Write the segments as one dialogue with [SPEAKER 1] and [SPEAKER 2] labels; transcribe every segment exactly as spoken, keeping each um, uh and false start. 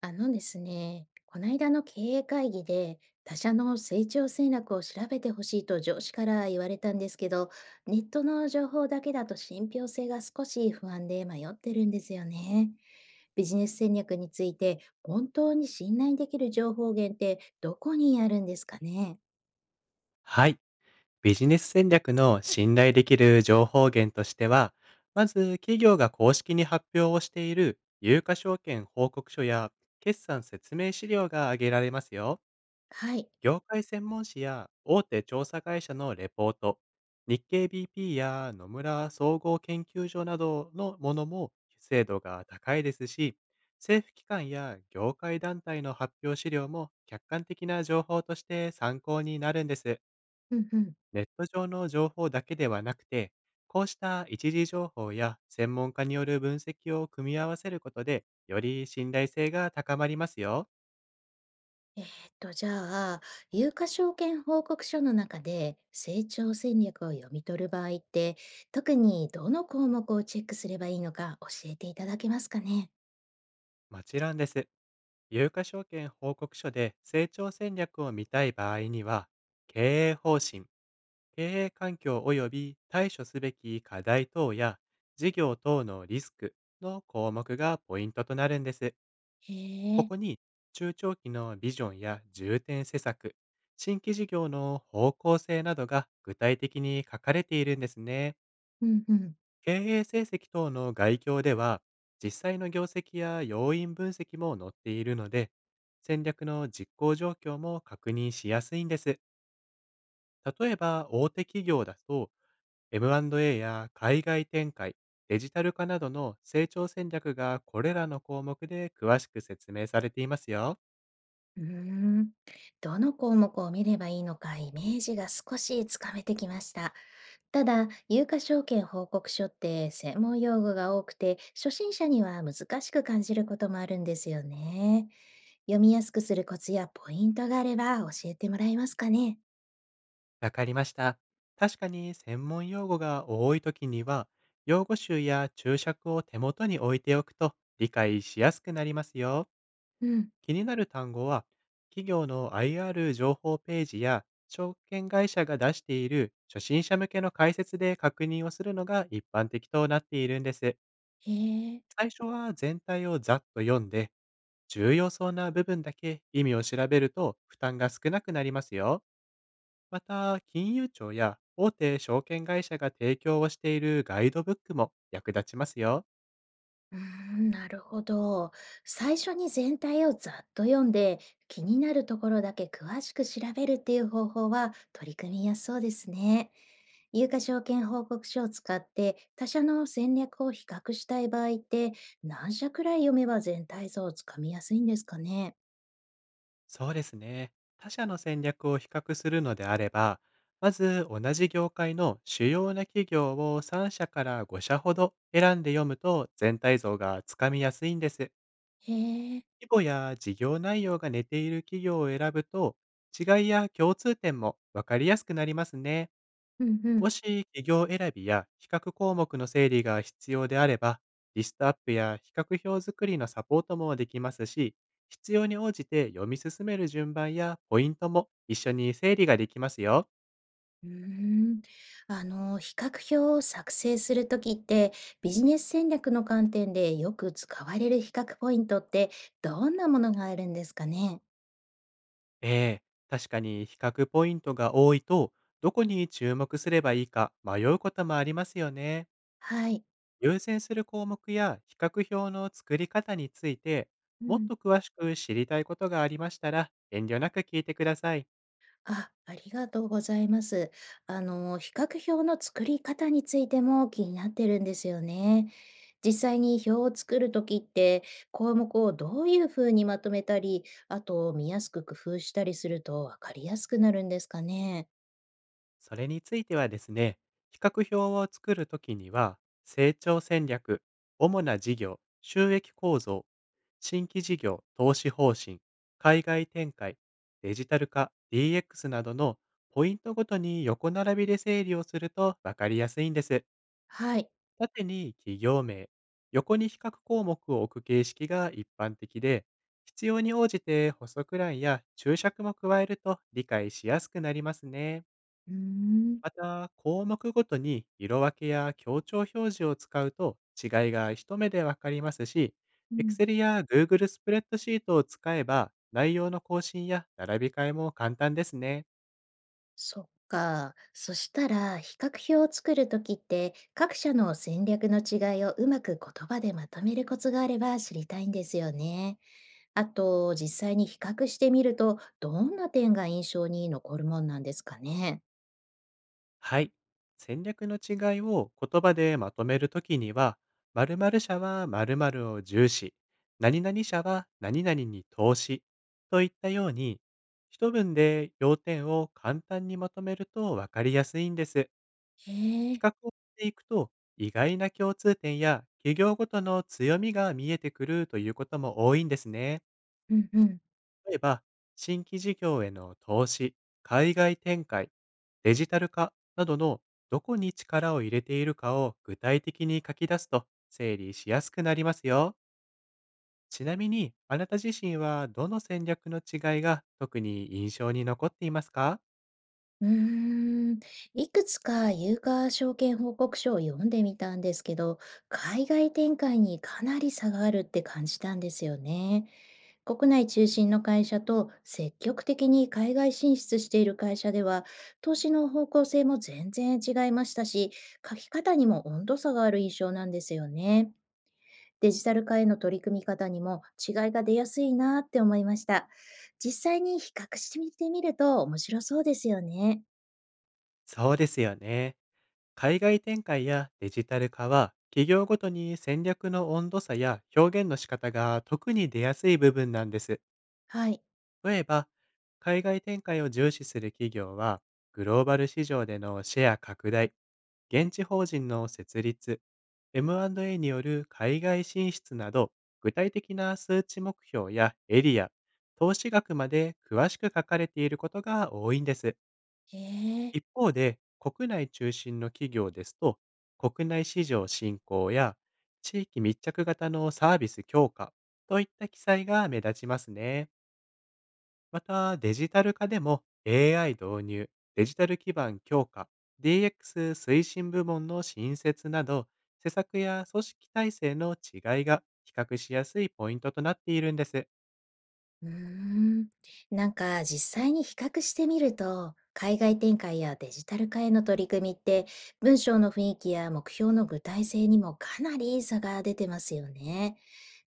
[SPEAKER 1] あのですね、こないだの経営会議で他社の成長戦略を調べてほしいと上司から言われたんですけど、ネットの情報だけだと信憑性が少し不安で迷ってるんですよね。ビジネス戦略について本当に信頼できる情報源ってどこにあるんですかね？
[SPEAKER 2] はい。ビジネス戦略の信頼できる情報源としては、まず企業が公式に発表をしている有価証券報告書や決算説明資料が挙げられますよ。
[SPEAKER 1] はい。
[SPEAKER 2] 業界専門誌や大手調査会社のレポート、日経 ビーピー や野村総合研究所などのものも精度が高いですし、政府機関や業界団体の発表資料も客観的な情報として参考になるんです。
[SPEAKER 1] うんうん。
[SPEAKER 2] ネット上の情報だけではなくて、こうした一時情報や専門家による分析を組み合わせることで、より信頼性が高まりますよ。
[SPEAKER 1] えーっと、じゃあ、有価証券報告書の中で成長戦略を読み取る場合って、特にどの項目をチェックすればいいのか教えていただけますかね？
[SPEAKER 2] もちろんです。有価証券報告書で成長戦略を見たい場合には、経営方針、経営環境及び対処すべき課題等や事業等のリスクの項目がポイントとなるんです。
[SPEAKER 1] へ
[SPEAKER 2] こ
[SPEAKER 1] え、
[SPEAKER 2] こに中長期のビジョンや重点施策、新規事業の方向性などが具体的に書かれているんですね。
[SPEAKER 1] うんうん。
[SPEAKER 2] 経営成績等の概況では、実際の業績や要因分析も載っているので、戦略の実行状況も確認しやすいんです。例えば、大手企業だと、エムアンドエー や海外展開、デジタル化などの成長戦略がこれらの項目で詳しく説明されていますよ。
[SPEAKER 1] うーん、どの項目を見ればいいのかイメージが少しつかめてきました。ただ、有価証券報告書って専門用語が多くて、初心者には難しく感じることもあるんですよね。読みやすくするコツやポイントがあれば教えてもらえますかね？
[SPEAKER 2] わかりました。確かに専門用語が多いときには、用語集や注釈を手元に置いておくと理解しやすくなりますよ。
[SPEAKER 1] うん。
[SPEAKER 2] 気になる単語は、企業の アイアール 情報ページや証券会社が出している初心者向けの解説で確認をするのが一般的となっているんです。
[SPEAKER 1] へえ。
[SPEAKER 2] 最初は全体をざっと読んで、重要そうな部分だけ意味を調べると負担が少なくなりますよ。また、金融庁や大手証券会社が提供をしているガイドブックも役立ちますよ。
[SPEAKER 1] うーん、なるほど。最初に全体をざっと読んで、気になるところだけ詳しく調べるっていう方法は取り組みやすそうですね。有価証券報告書を使って他社の戦略を比較したい場合って何社くらい読めば全体像をつかみやすいんですかね？
[SPEAKER 2] そうですね。他社の戦略を比較するのであれば、まず同じ業界の主要な企業をさん社からご社ほど選んで読むと全体像がつかみやすいんです。
[SPEAKER 1] へえ。
[SPEAKER 2] 規模や事業内容が似ている企業を選ぶと、違いや共通点もわかりやすくなりますね。
[SPEAKER 1] うんうん。
[SPEAKER 2] もし企業選びや比較項目の整理が必要であれば、リストアップや比較表作りのサポートもできますし、必要に応じて読み進める順番やポイントも一緒に整理ができますよ。
[SPEAKER 1] うーん、あの、比較表を作成するときって、ビジネス戦略の観点でよく使われる比較ポイントってどんなものがあるんですかね？
[SPEAKER 2] ええ、確かに比較ポイントが多いと、どこに注目すればいいか迷うこともありますよね。
[SPEAKER 1] はい。
[SPEAKER 2] 優先する項目や比較表の作り方について、
[SPEAKER 1] う
[SPEAKER 2] もっ
[SPEAKER 1] ん。
[SPEAKER 2] と詳しく知りたいことがありましたら、遠慮なく聞いてください。
[SPEAKER 1] あ、ありがとうございます。あの、比較表の作り方についても気になってるんですよね。実際に表を作るときって、項目をどういうふうにまとめたり、あと見やすく工夫したりすると分かりやすくなるんですかね？
[SPEAKER 2] それについてはですね、比較表を作るときには、成長戦略、主な事業、収益構造、新規事業、投資方針、海外展開、デジタル化、ディーエックス などのポイントごとに横並びで整理をすると分かりやすいんです。
[SPEAKER 1] はい。
[SPEAKER 2] 縦に企業名、横に比較項目を置く形式が一般的で、必要に応じて補足欄や注釈も加えると理解しやすくなりますね。
[SPEAKER 1] うーん。
[SPEAKER 2] また、項目ごとに色分けや強調表示を使うと違いが一目でわかりますし、
[SPEAKER 1] うん。
[SPEAKER 2] Excel や Google スプレッドシートを使えば内容の更新や並び替えも簡単ですね。
[SPEAKER 1] そっか。そしたら、比較表を作るときって、各社の戦略の違いをうまく言葉でまとめるコツがあれば知りたいんですよね。あと、実際に比較してみると、どんな点が印象に残るもんなんですかね？
[SPEAKER 2] はい。戦略の違いを言葉でまとめるときには、〇〇社は〇〇を重視、何々社は何々に投資といったように、一文で要点を簡単にまとめるとわかりやすいんです。
[SPEAKER 1] へ
[SPEAKER 2] 比
[SPEAKER 1] え、
[SPEAKER 2] 較をしていくと、意外な共通点や企業ごとの強みが見えてくるということも多いんですね。
[SPEAKER 1] うんうん。
[SPEAKER 2] 例えば、新規事業への投資、海外展開、デジタル化などのどこに力を入れているかを具体的に書き出すと整理しやすくなりますよ。ちなみに、あなた自身はどの戦略の違いが特に印象に残っていますか？
[SPEAKER 1] うーん、いくつか有価証券報告書を読んでみたんですけど、海外展開にかなり差があるって感じたんですよね。国内中心の会社と積極的に海外進出している会社では、投資の方向性も全然違いましたし、書き方にも温度差がある印象なんですよね。デジタル化への取り組み方にも違いが出やすいなって思いました。実際に比較してみてみると面白そうですよね。
[SPEAKER 2] そうですよね。海外展開やデジタル化は、企業ごとに戦略の温度差や表現の仕方が特に出やすい部分なんです。
[SPEAKER 1] はい。
[SPEAKER 2] 例えば、海外展開を重視する企業は、グローバル市場でのシェア拡大、現地法人の設立、エムアンドエー による海外進出など、具体的な数値目標やエリア、投資額まで詳しく書かれていることが多いんです。
[SPEAKER 1] へえ。
[SPEAKER 2] 一方で、国内中心の企業ですと、国内市場振興や地域密着型のサービス強化といった記載が目立ちますね。また、デジタル化でも エーアイ 導入、デジタル基盤強化、ディーエックス 推進部門の新設など、施策や組織体制の違いが比較しやすいポイントとなっているんです。
[SPEAKER 1] うーん、なんか実際に比較してみると、海外展開やデジタル化への取り組みって、文章の雰囲気や目標の具体性にもかなり差が出てますよね。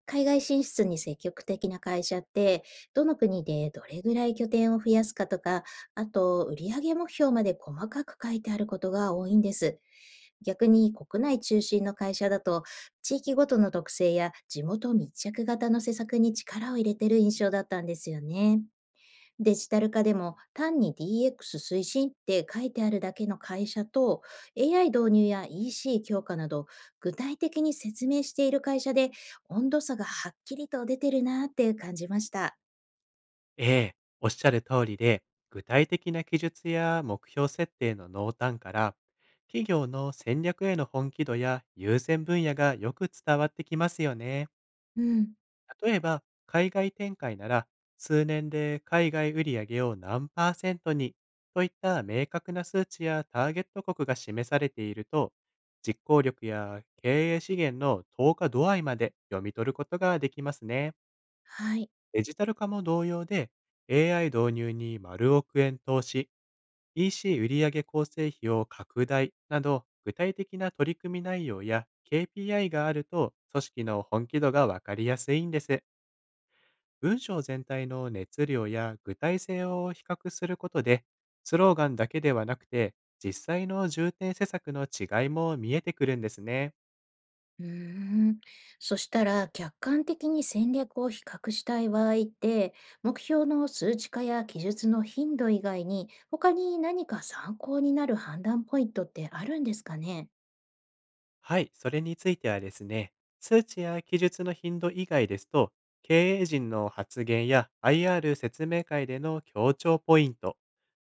[SPEAKER 1] 海外進出に積極的な会社って、どの国でどれぐらい拠点を増やすかとか、あと売上目標まで細かく書いてあることが多いんです。逆に国内中心の会社だと、地域ごとの特性や地元密着型の施策に力を入れてる印象だったんですよね。デジタル化でも単に ディーエックス 推進って書いてあるだけの会社と エーアイ 導入や イーシー 強化など具体的に説明している会社で温度差がはっきりと出てるなって感じました。
[SPEAKER 2] ええ、おっしゃる通りで、具体的な記述や目標設定の濃淡から、企業の戦略への本気度や優先分野がよく伝わってきますよね。
[SPEAKER 1] うん。
[SPEAKER 2] 例えば、海外展開なら、数年で海外売上を何パーセントにといった明確な数値やターゲット国が示されていると、実行力や経営資源の投下度合いまで読み取ることができますね。
[SPEAKER 1] はい。
[SPEAKER 2] デジタル化も同様で、エーアイ 導入に丸億円投資、イーシー 売上構成費を拡大など、具体的な取り組み内容や ケーピーアイ があると、組織の本気度がわかりやすいんです。文章全体の熱量や具体性を比較することで、スローガンだけではなくて、実際の重点施策の違いも見えてくるんですね。
[SPEAKER 1] うーん。そしたら、客観的に戦略を比較したい場合って、目標の数値化や記述の頻度以外に、他に何か参考になる判断ポイントってあるんですかね？
[SPEAKER 2] はい、それについてはですね、数値や記述の頻度以外ですと、経営陣の発言や アイアール 説明会での協調ポイント、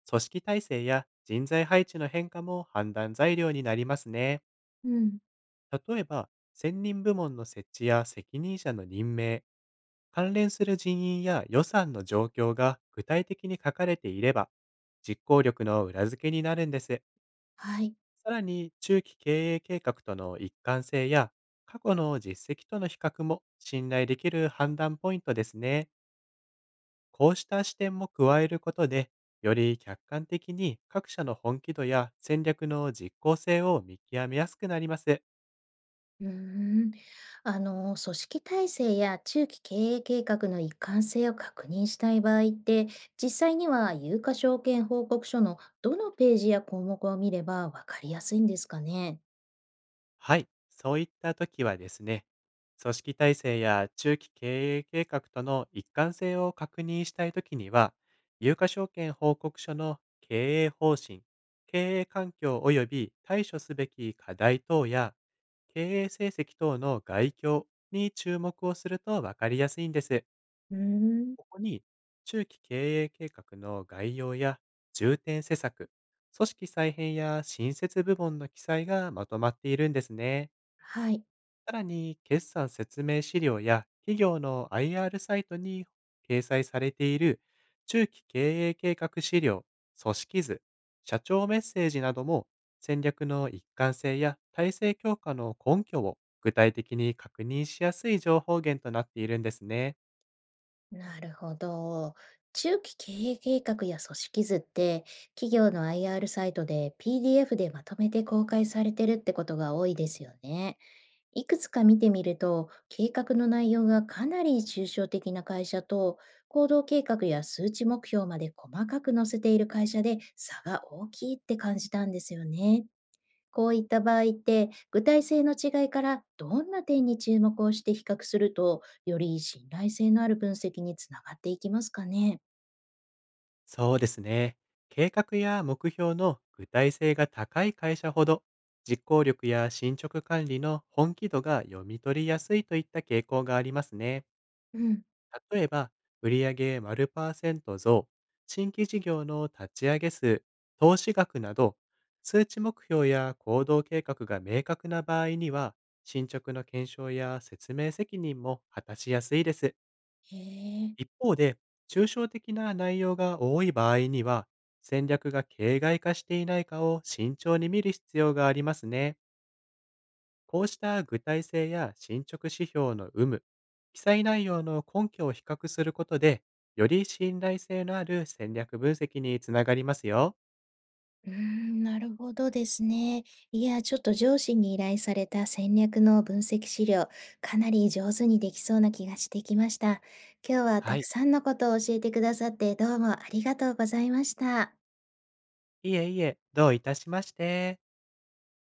[SPEAKER 2] 組織体制や人材配置の変化も判断材料になりますね。
[SPEAKER 1] うん、
[SPEAKER 2] 例えば、専任部門の設置や責任者の任命、関連する人員や予算の状況が具体的に書かれていれば、実行力の裏付けになるんです。
[SPEAKER 1] はい。
[SPEAKER 2] さらに、中期経営計画との一貫性や、過去の実績との比較も信頼できる判断ポイントですね。こうした視点も加えることで、より客観的に各社の本気度や戦略の実効性を見極めやすくなります。
[SPEAKER 1] うーん。あの、組織体制や中期経営計画の一貫性を確認したい場合って、実際には有価証券報告書のどのページや項目を見れば分かりやすいんですかね？
[SPEAKER 2] はい、そういった時はですね、組織体制や中期経営計画との一貫性を確認したい時には、有価証券報告書の経営方針、経営環境及び対処すべき課題等や、経営成績等の概況に注目をすると分かりやすいんです。
[SPEAKER 1] うーん、
[SPEAKER 2] ここに、中期経営計画の概要や重点施策、組織再編や新設部門の記載がまとまっているんですね。
[SPEAKER 1] はい。
[SPEAKER 2] さらに、決算説明資料や企業の アイアール サイトに掲載されている中期経営計画資料、組織図、社長メッセージなども戦略の一貫性や体制強化の根拠を具体的に確認しやすい情報源となっているんですね。
[SPEAKER 1] なるほど。中期経営計画や組織図って、企業の アイアール サイトで ピーディーエフ でまとめて公開されてるってことが多いですよね。いくつか見てみると、計画の内容がかなり抽象的な会社と、行動計画や数値目標まで細かく載せている会社で差が大きいって感じたんですよね。こういった場合って、具体性の違いからどんな点に注目をして比較すると、より信頼性のある分析につながっていきますかね？
[SPEAKER 2] そうですね。計画や目標の具体性が高い会社ほど実行力や進捗管理の本気度が読み取りやすいといった傾向がありますね。
[SPEAKER 1] うん。
[SPEAKER 2] 例えば、売上丸パーセント増、新規事業の立ち上げ数、投資額など、数値目標や行動計画が明確な場合には、進捗の検証や説明責任も果たしやすいです。
[SPEAKER 1] へえ。
[SPEAKER 2] 一方で、抽象的な内容が多い場合には、戦略が形骸化していないかを慎重に見る必要がありますね。こうした具体性や進捗指標の有無、記載内容の根拠を比較することで、より信頼性のある戦略分析につながりますよ。
[SPEAKER 1] うーん、なるほどですね。いや、ちょっと上司に依頼された戦略の分析資料、かなり上手にできそうな気がしてきました。今日は
[SPEAKER 2] は
[SPEAKER 1] たく
[SPEAKER 2] い。
[SPEAKER 1] さんのことを教えてくださってどうもありがとうございました。
[SPEAKER 2] いえいえ、どういたしまして。